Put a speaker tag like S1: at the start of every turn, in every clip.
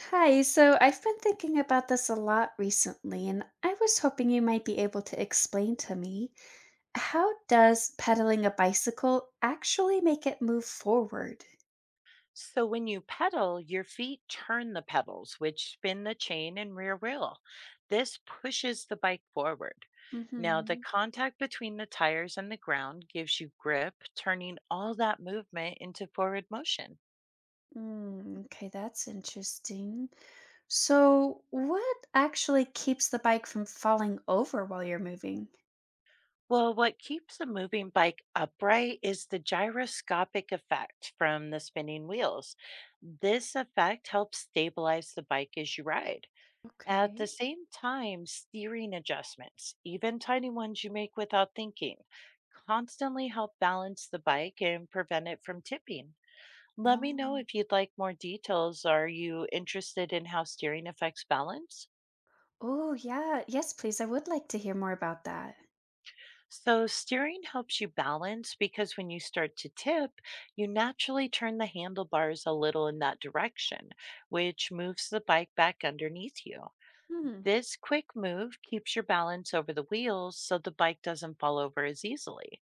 S1: Hi, so I've been thinking about this a lot recently, and I was hoping you might be able to explain to me, how does pedaling a bicycle actually make it move forward?
S2: So when you pedal, your feet turn the pedals, which spin the chain and rear wheel. This pushes the bike forward. Now, the
S1: Mm-hmm.
S2: contact between the tires and the ground gives you grip, turning all that movement into forward motion.
S1: Mm, okay, that's interesting. So, what actually keeps the bike from falling over while you're moving?
S2: Well, what keeps a moving bike upright is the gyroscopic effect from the spinning wheels. This effect helps stabilize the bike as you ride. At the
S1: Okay.
S2: same time, steering adjustments, even tiny ones you make without thinking, constantly help balance the bike and prevent it from tipping. Let me know
S1: Oh,
S2: if you'd like more details. Are you interested in how steering affects balance?
S1: oh yeah. Yes, please. I would like to hear more about that.
S2: So, steering helps you balance because when you start to tip, you naturally turn the handlebars a little in that direction, which moves the bike back underneath you.
S1: Hmm.
S2: This quick move keeps your balance over the wheels so the bike doesn't fall over as easily.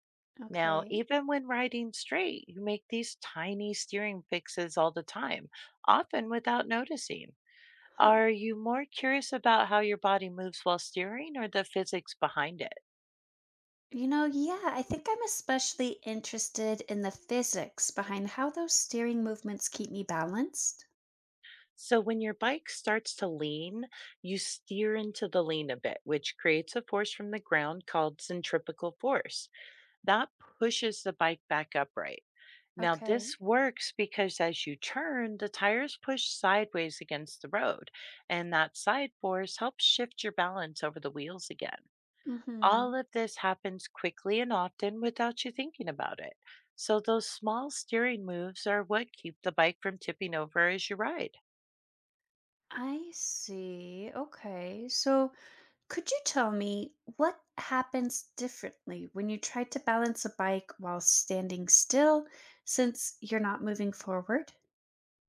S2: Now,
S1: Okay.
S2: even when riding straight, you make these tiny steering fixes all the time, often without noticing.
S1: Huh.
S2: Are you more curious about how your body moves while steering or the physics behind it?
S1: You know, yeah, I think I'm especially interested in the physics behind how those steering movements keep me balanced.
S2: So, when your bike starts to lean, you steer into the lean a bit, which creates a force from the ground called centripetal force. That pushes the bike back upright. Now,
S1: Okay.
S2: this works because as you turn, the tires push sideways against the road, and that side force helps shift your balance over the wheels again. All
S1: Mhm.
S2: of this happens quickly and often without you thinking about it. So, those small steering moves are what keep the bike from tipping over as you ride.
S1: I see. Okay. So, could you tell me what happens differently when you try to balance a bike while standing still, since you're not moving forward?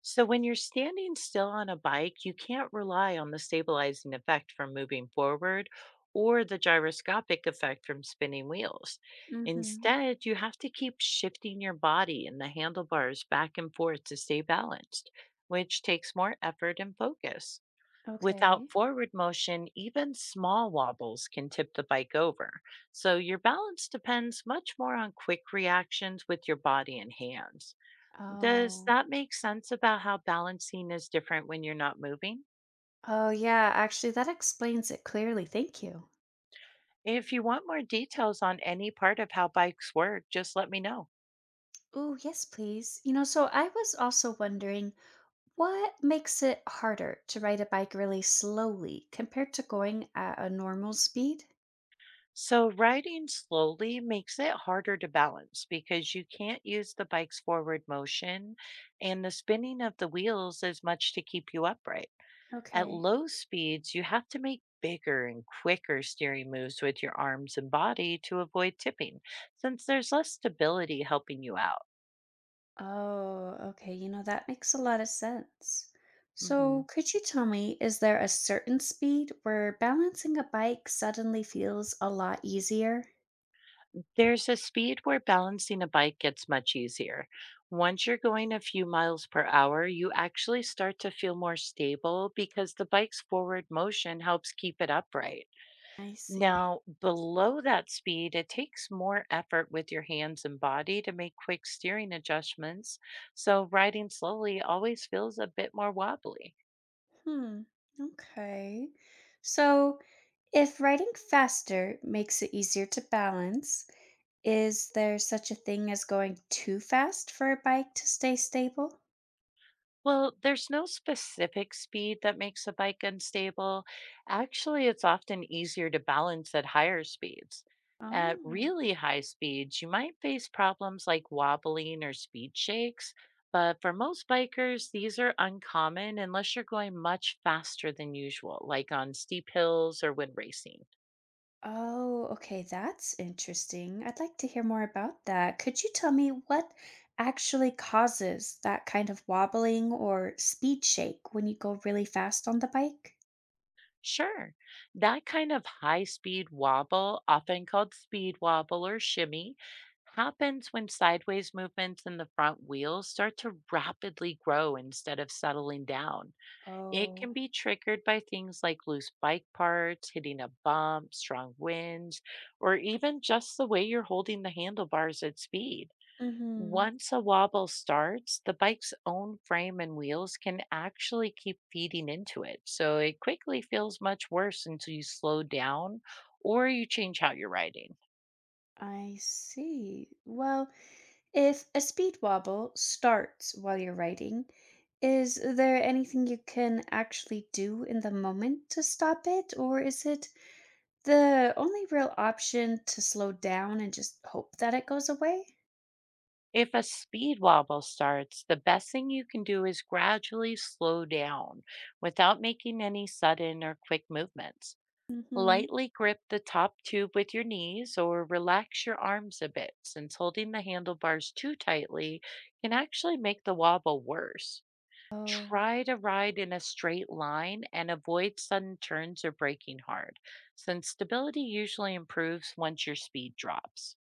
S2: So, when you're standing still on a bike, you can't rely on the stabilizing effect from moving forward or the gyroscopic effect from spinning wheels.
S1: Mhm.
S2: Instead, you have to keep shifting your body and the handlebars back and forth to stay balanced, which takes more effort and focus.
S1: Okay.
S2: Without forward motion, even small wobbles can tip the bike over. So, your balance depends much more on quick reactions with your body and hands. Does
S1: Oh.
S2: that make sense about how balancing is different when you're not moving?
S1: Oh, yeah, actually that explains it clearly. Thank you.
S2: If you want more details on any part of how bikes work, just let me know.
S1: Oh, yes, please. You know, so I was also wondering what makes it harder to ride a bike really slowly compared to going at a normal speed?
S2: So, riding slowly makes it harder to balance because you can't use the bike's forward motion and the spinning of the wheels as much to keep you upright. At
S1: Okay.
S2: low speeds, you have to make bigger and quicker steering moves with your arms and body to avoid tipping, since there's less stability helping you out.
S1: Oh, okay. You know, that makes a lot of sense.
S2: Mhm.
S1: So, could you tell me, is there a certain speed where balancing a bike suddenly feels a lot easier?
S2: There's a speed where balancing a bike gets much easier. Once you're going a few miles per hour, you actually start to feel more stable because the bike's forward motion helps keep it upright.
S1: I see.
S2: Now, below that speed, it takes more effort with your hands and body to make quick steering adjustments, so riding slowly always feels a bit more wobbly.
S1: Hmm. Okay. So, if writing faster makes it easier to balance, is there such a thing as going too fast for a bike to stay stable?
S2: Well, there's no specific speed that makes a bike unstable. Actually, it's often easier to balance at higher speeds. At
S1: Oh.
S2: really high speeds, you might face problems like wobbling or speed shakes, but for most bikers, these are uncommon unless you're going much faster than usual, like on steep hills or when racing.
S1: Oh, okay, that's interesting. I'd like to hear more about that. Could you tell me what actually causes that kind of wobbling or speed shake when you go really fast on the bike?
S2: Sure. That kind of high speed wobble, often called speed wobble or shimmy, happens when sideways movements in the front wheels start to rapidly grow instead of settling down. It can
S1: Oh.
S2: be triggered by things like loose bike parts, hitting a bump, strong winds, or even just the way you're holding the handlebars at speed.
S1: Mhm.
S2: Once a wobble starts, the bike's own frame and wheels can actually keep feeding into it. So it quickly feels much worse until you slow down or you change how you're riding.
S1: I see. Well, if a speed wobble starts while you're writing, is there anything you can actually do in the moment to stop it, or is it the only real option to slow down and just hope that it goes away?
S2: If a speed wobble starts, the best thing you can do is gradually slow down without making any sudden or quick movements.
S1: Mm-hmm.
S2: Lightly grip the top tube with your knees or relax your arms a bit, since holding the handlebars too tightly can actually make the wobble worse.
S1: Oh.
S2: Try to ride in a straight line and avoid sudden turns or braking hard, since stability usually improves once your speed drops.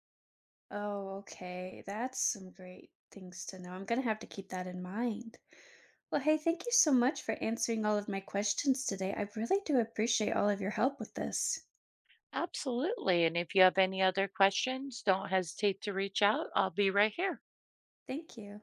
S1: Oh, okay. That's some great things to know. I'm going to have to keep that in mind. Well, hey, thank you so much for answering all of my questions today. I really do appreciate all of your help with this.
S2: Absolutely. And if you have any other questions, don't hesitate to reach out. I'll be right here.
S1: Thank you.